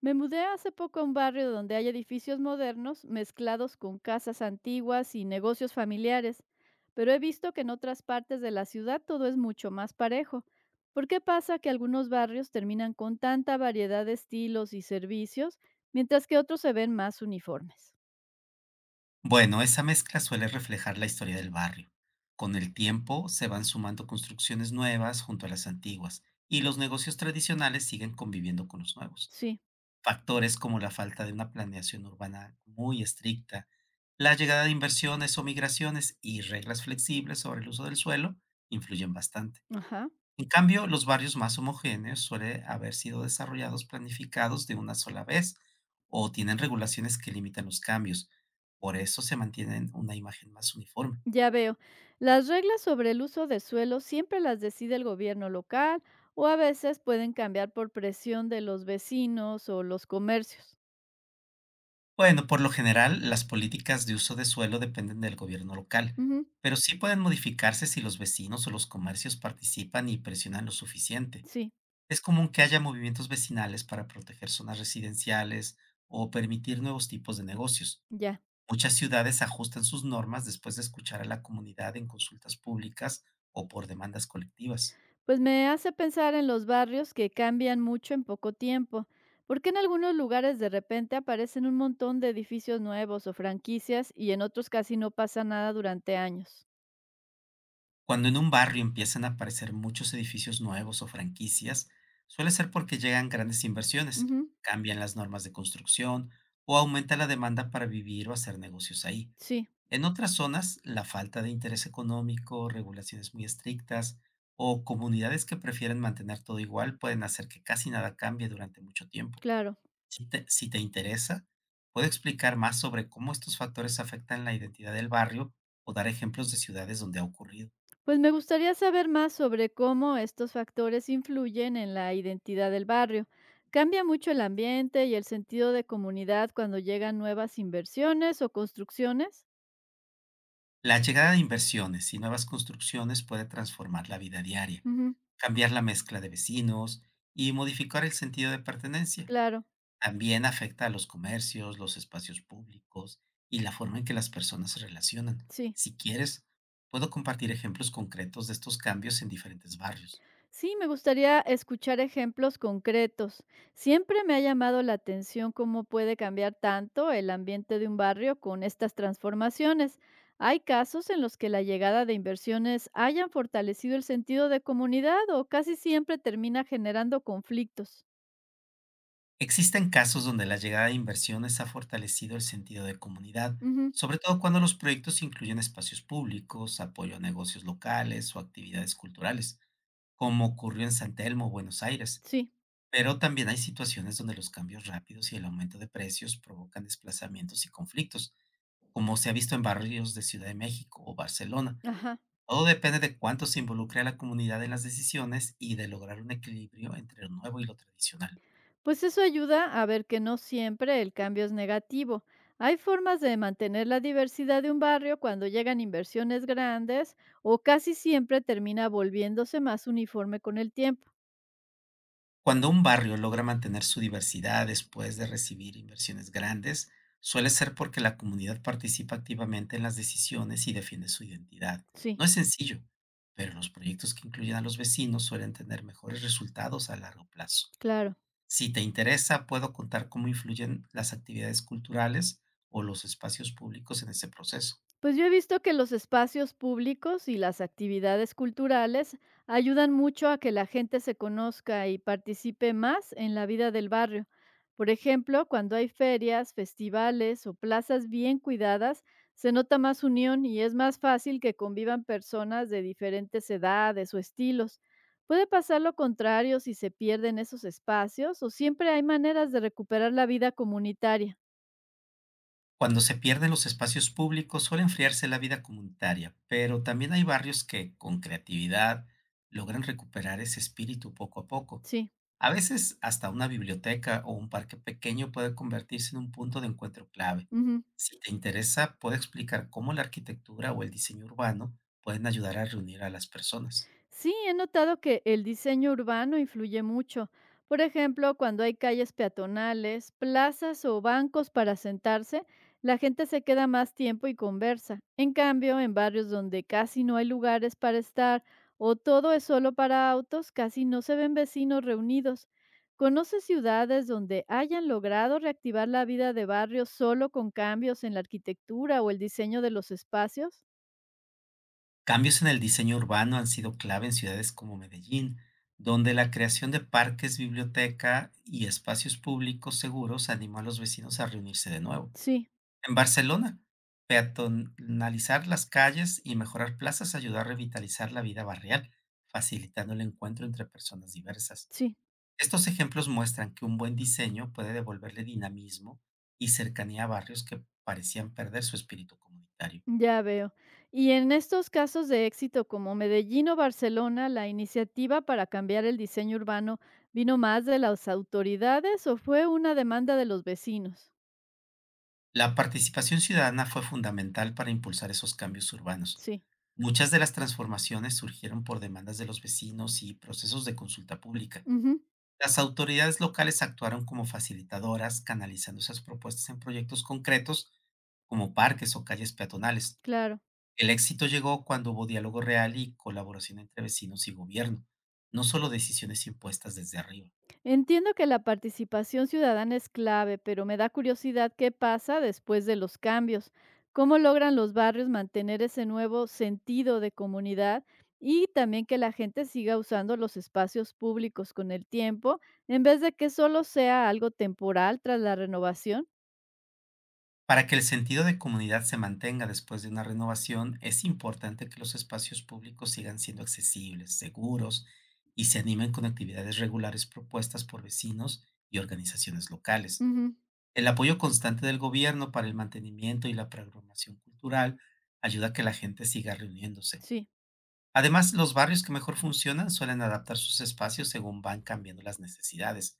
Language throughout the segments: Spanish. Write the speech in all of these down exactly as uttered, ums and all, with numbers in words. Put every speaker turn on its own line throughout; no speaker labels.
Me mudé hace poco a un barrio donde hay edificios modernos mezclados con casas antiguas y negocios familiares, pero he visto que en otras partes de la ciudad todo es mucho más parejo. ¿Por qué pasa que algunos barrios terminan con tanta variedad de estilos y servicios, mientras que otros se ven más uniformes?
Bueno, esa mezcla suele reflejar la historia del barrio. Con el tiempo se van sumando construcciones nuevas junto a las antiguas y los negocios tradicionales siguen conviviendo con los nuevos.
Sí,
Factores como la falta de una planeación urbana muy estricta, la llegada de inversiones o migraciones y reglas flexibles sobre el uso del suelo influyen bastante.
ajá,
En cambio, los barrios más homogéneos suelen haber sido desarrollados planificados de una sola vez o tienen regulaciones que limitan los cambios. Por eso se mantienen una imagen más uniforme.
ya veo. Las reglas sobre el uso de suelo siempre las decide el gobierno local o a veces pueden cambiar por presión de los vecinos o los comercios.
Bueno, por lo general, las políticas de uso de suelo dependen del gobierno local,
Ujú.
pero sí pueden modificarse si los vecinos o los comercios participan y presionan lo suficiente.
Sí,
Es común que haya movimientos vecinales para proteger zonas residenciales o permitir nuevos tipos de negocios.
ya.
Muchas ciudades ajustan sus normas después de escuchar a la comunidad en consultas públicas o por demandas colectivas.
Pues me hace pensar en los barrios que cambian mucho en poco tiempo. ¿Por qué en algunos lugares de repente aparecen un montón de edificios nuevos o franquicias y en otros casi no pasa nada durante años?
Cuando en un barrio empiezan a aparecer muchos edificios nuevos o franquicias, suele ser porque llegan grandes inversiones,
Ujú,
cambian las normas de construcción o aumenta la demanda para vivir o hacer negocios ahí.
sí,
En otras zonas, la falta de interés económico, regulaciones muy estrictas o comunidades que prefieren mantener todo igual pueden hacer que casi nada cambie durante mucho tiempo.
claro.
Si te, si te interesa, puedo explicar más sobre cómo estos factores afectan la identidad del barrio o dar ejemplos de ciudades donde ha ocurrido.
Pues me gustaría saber más sobre cómo estos factores influyen en la identidad del barrio. ¿Cambia mucho el ambiente y el sentido de comunidad cuando llegan nuevas inversiones o construcciones?
La llegada de inversiones y nuevas construcciones puede transformar la vida diaria,
Ujú,
cambiar la mezcla de vecinos y modificar el sentido de pertenencia.
claro,
También afecta a los comercios, los espacios públicos y la forma en que las personas se relacionan.
sí.
Si quieres, puedo compartir ejemplos concretos de estos cambios en diferentes barrios.
Sí, me gustaría escuchar ejemplos concretos. Siempre me ha llamado la atención cómo puede cambiar tanto el ambiente de un barrio con estas transformaciones. ¿Hay casos en los que la llegada de inversiones hayan fortalecido el sentido de comunidad o casi siempre termina generando conflictos?
Existen casos donde la llegada de inversiones ha fortalecido el sentido de comunidad,
Ujú,
sobre todo cuando los proyectos incluyen espacios públicos, apoyo a negocios locales o actividades culturales, como ocurrió en San Telmo, Buenos Aires.
sí,
Pero también hay situaciones donde los cambios rápidos y el aumento de precios provocan desplazamientos y conflictos, como se ha visto en barrios de Ciudad de México o Barcelona.
ajá.
Todo depende de cuánto se involucre a la comunidad en las decisiones y de lograr un equilibrio entre lo nuevo y lo tradicional.
Pues eso ayuda a ver que no siempre el cambio es negativo. Hay formas de mantener la diversidad de un barrio cuando llegan inversiones grandes o casi siempre termina volviéndose más uniforme con el tiempo.
Cuando un barrio logra mantener su diversidad después de recibir inversiones grandes, suele ser porque la comunidad participa activamente en las decisiones y defiende su identidad.
Sí,
No es sencillo, pero los proyectos que incluyen a los vecinos suelen tener mejores resultados a largo plazo.
claro.
Si te interesa, puedo contar cómo influyen las actividades culturales o los espacios públicos en ese proceso.
Pues yo he visto que los espacios públicos y las actividades culturales ayudan mucho a que la gente se conozca y participe más en la vida del barrio. Por ejemplo, cuando hay ferias, festivales o plazas bien cuidadas, se nota más unión y es más fácil que convivan personas de diferentes edades o estilos. Puede pasar lo contrario si se pierden esos espacios o siempre hay maneras de recuperar la vida comunitaria.
Cuando se pierden los espacios públicos suele enfriarse la vida comunitaria, pero también hay barrios que, con creatividad, logran recuperar ese espíritu poco a poco.
Sí.
A veces hasta una biblioteca o un parque pequeño puede convertirse en un punto de encuentro clave.
Ujú.
Si te interesa, puedo explicar cómo la arquitectura o el diseño urbano pueden ayudar a reunir a las personas.
Sí, he notado que el diseño urbano influye mucho. Por ejemplo, cuando hay calles peatonales, plazas o bancos para sentarse, la gente se queda más tiempo y conversa. En cambio, en barrios donde casi no hay lugares para estar o todo es solo para autos, casi no se ven vecinos reunidos. ¿Conoce ciudades donde hayan logrado reactivar la vida de barrio solo con cambios en la arquitectura o el diseño de los espacios?
Cambios en el diseño urbano han sido clave en ciudades como Medellín, donde la creación de parques, biblioteca y espacios públicos seguros animó a los vecinos a reunirse de nuevo.
Sí,
En Barcelona, peatonalizar las calles y mejorar plazas ayudó a revitalizar la vida barrial, facilitando el encuentro entre personas diversas.
sí.
Estos ejemplos muestran que un buen diseño puede devolverle dinamismo y cercanía a barrios que parecían perder su espíritu comunitario.
Ya veo. Y en estos casos de éxito como Medellín o Barcelona, ¿la iniciativa para cambiar el diseño urbano vino más de las autoridades o fue una demanda de los vecinos?
La participación ciudadana fue fundamental para impulsar esos cambios urbanos.
Sí.
Muchas de las transformaciones surgieron por demandas de los vecinos y procesos de consulta pública.
Ujú,
Las autoridades locales actuaron como facilitadoras, canalizando esas propuestas en proyectos concretos como parques o calles peatonales.
claro.
El éxito llegó cuando hubo diálogo real y colaboración entre vecinos y gobierno, no solo decisiones impuestas desde arriba.
Entiendo que la participación ciudadana es clave, pero me da curiosidad qué pasa después de los cambios. ¿Cómo logran los barrios mantener ese nuevo sentido de comunidad y también que la gente siga usando los espacios públicos con el tiempo en vez de que solo sea algo temporal tras la renovación?
Para que el sentido de comunidad se mantenga después de una renovación, es importante que los espacios públicos sigan siendo accesibles, seguros y se animen con actividades regulares propuestas por vecinos y organizaciones locales.
Ujú,
El apoyo constante del gobierno para el mantenimiento y la programación cultural ayuda a que la gente siga reuniéndose.
sí.
Además, los barrios que mejor funcionan suelen adaptar sus espacios según van cambiando las necesidades,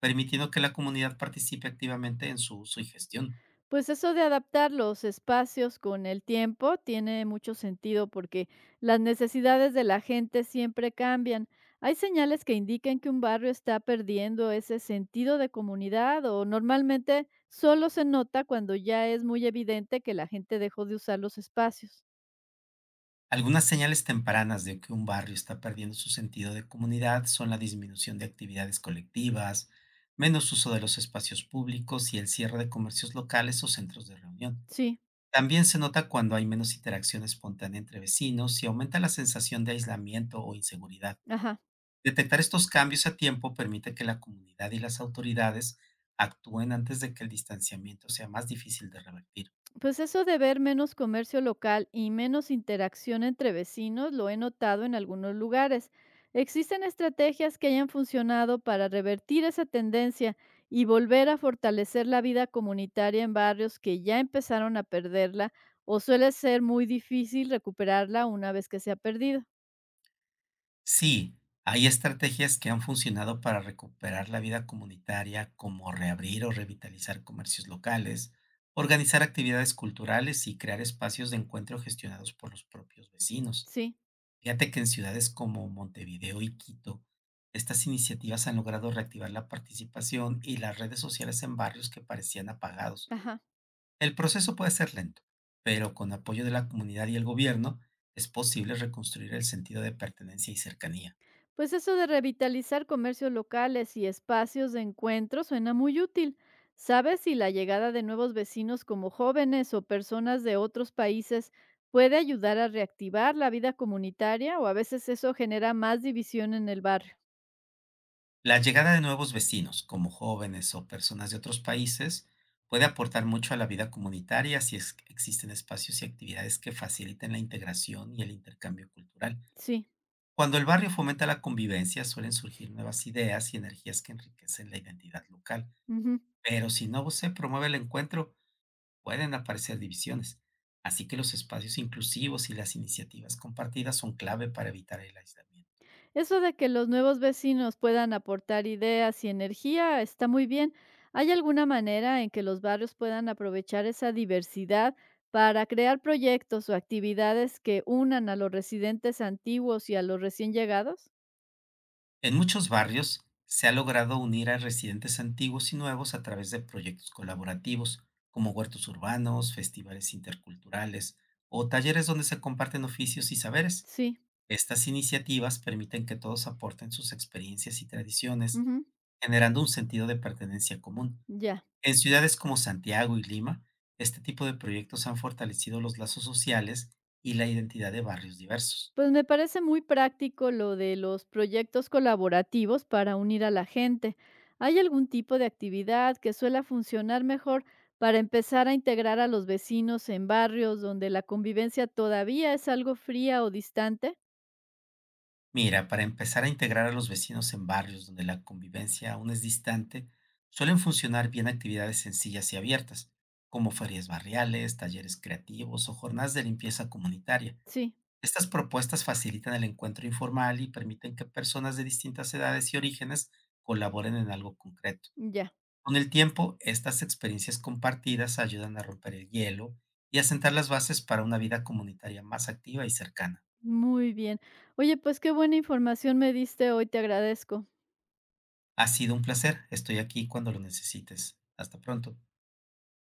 permitiendo que la comunidad participe activamente en su uso y gestión.
Pues eso de adaptar los espacios con el tiempo tiene mucho sentido porque las necesidades de la gente siempre cambian. ¿Hay señales que indiquen que un barrio está perdiendo ese sentido de comunidad o normalmente solo se nota cuando ya es muy evidente que la gente dejó de usar los espacios?
Algunas señales tempranas de que un barrio está perdiendo su sentido de comunidad son la disminución de actividades colectivas, menos uso de los espacios públicos y el cierre de comercios locales o centros de reunión.
Sí,
También se nota cuando hay menos interacción espontánea entre vecinos y aumenta la sensación de aislamiento o inseguridad.
ajá.
Detectar estos cambios a tiempo permite que la comunidad y las autoridades actúen antes de que el distanciamiento sea más difícil de revertir.
Pues eso de ver menos comercio local y menos interacción entre vecinos lo he notado en algunos lugares. ¿Existen estrategias que hayan funcionado para revertir esa tendencia y volver a fortalecer la vida comunitaria en barrios que ya empezaron a perderla o suele ser muy difícil recuperarla una vez que se ha perdido?
Sí, hay estrategias que han funcionado para recuperar la vida comunitaria, como reabrir o revitalizar comercios locales, organizar actividades culturales y crear espacios de encuentro gestionados por los propios vecinos.
Sí,
Fíjate que en ciudades como Montevideo y Quito, estas iniciativas han logrado reactivar la participación y las redes sociales en barrios que parecían apagados.
ajá.
El proceso puede ser lento, pero con apoyo de la comunidad y el gobierno es posible reconstruir el sentido de pertenencia y cercanía.
Pues eso de revitalizar comercios locales y espacios de encuentro suena muy útil. ¿Sabes si la llegada de nuevos vecinos como jóvenes o personas de otros países puede ayudar a reactivar la vida comunitaria o a veces eso genera más división en el barrio?
La llegada de nuevos vecinos, como jóvenes o personas de otros países, puede aportar mucho a la vida comunitaria si es que existen espacios y actividades que faciliten la integración y el intercambio cultural.
Sí.
Cuando el barrio fomenta la convivencia, suelen surgir nuevas ideas y energías que enriquecen la identidad local.
Ujú.
Pero si no se promueve el encuentro, pueden aparecer divisiones. Así que los espacios inclusivos y las iniciativas compartidas son clave para evitar el aislamiento.
Eso de que los nuevos vecinos puedan aportar ideas y energía está muy bien. ¿Hay alguna manera en que los barrios puedan aprovechar esa diversidad para crear proyectos o actividades que unan a los residentes antiguos y a los recién llegados?
En muchos barrios se ha logrado unir a residentes antiguos y nuevos a través de proyectos colaborativos, como huertos urbanos, festivales interculturales o talleres donde se comparten oficios y saberes.
Sí,
Estas iniciativas permiten que todos aporten sus experiencias y tradiciones,
ujú,
generando un sentido de pertenencia común.
ya.
En ciudades como Santiago y Lima, este tipo de proyectos han fortalecido los lazos sociales y la identidad de barrios diversos.
Pues me parece muy práctico lo de los proyectos colaborativos para unir a la gente. ¿Hay algún tipo de actividad que suela funcionar mejor para empezar a integrar a los vecinos en barrios donde la convivencia todavía es algo fría o distante?
Mira, para empezar a integrar a los vecinos en barrios donde la convivencia aún es distante, suelen funcionar bien actividades sencillas y abiertas, como ferias barriales, talleres creativos o jornadas de limpieza comunitaria.
Sí,
Estas propuestas facilitan el encuentro informal y permiten que personas de distintas edades y orígenes colaboren en algo concreto.
ya,
Con el tiempo, estas experiencias compartidas ayudan a romper el hielo y a sentar las bases para una vida comunitaria más activa y cercana.
muy bien. Oye, pues qué buena información me diste hoy, te agradezco.
Ha sido un placer. Estoy aquí cuando lo necesites. Hasta pronto.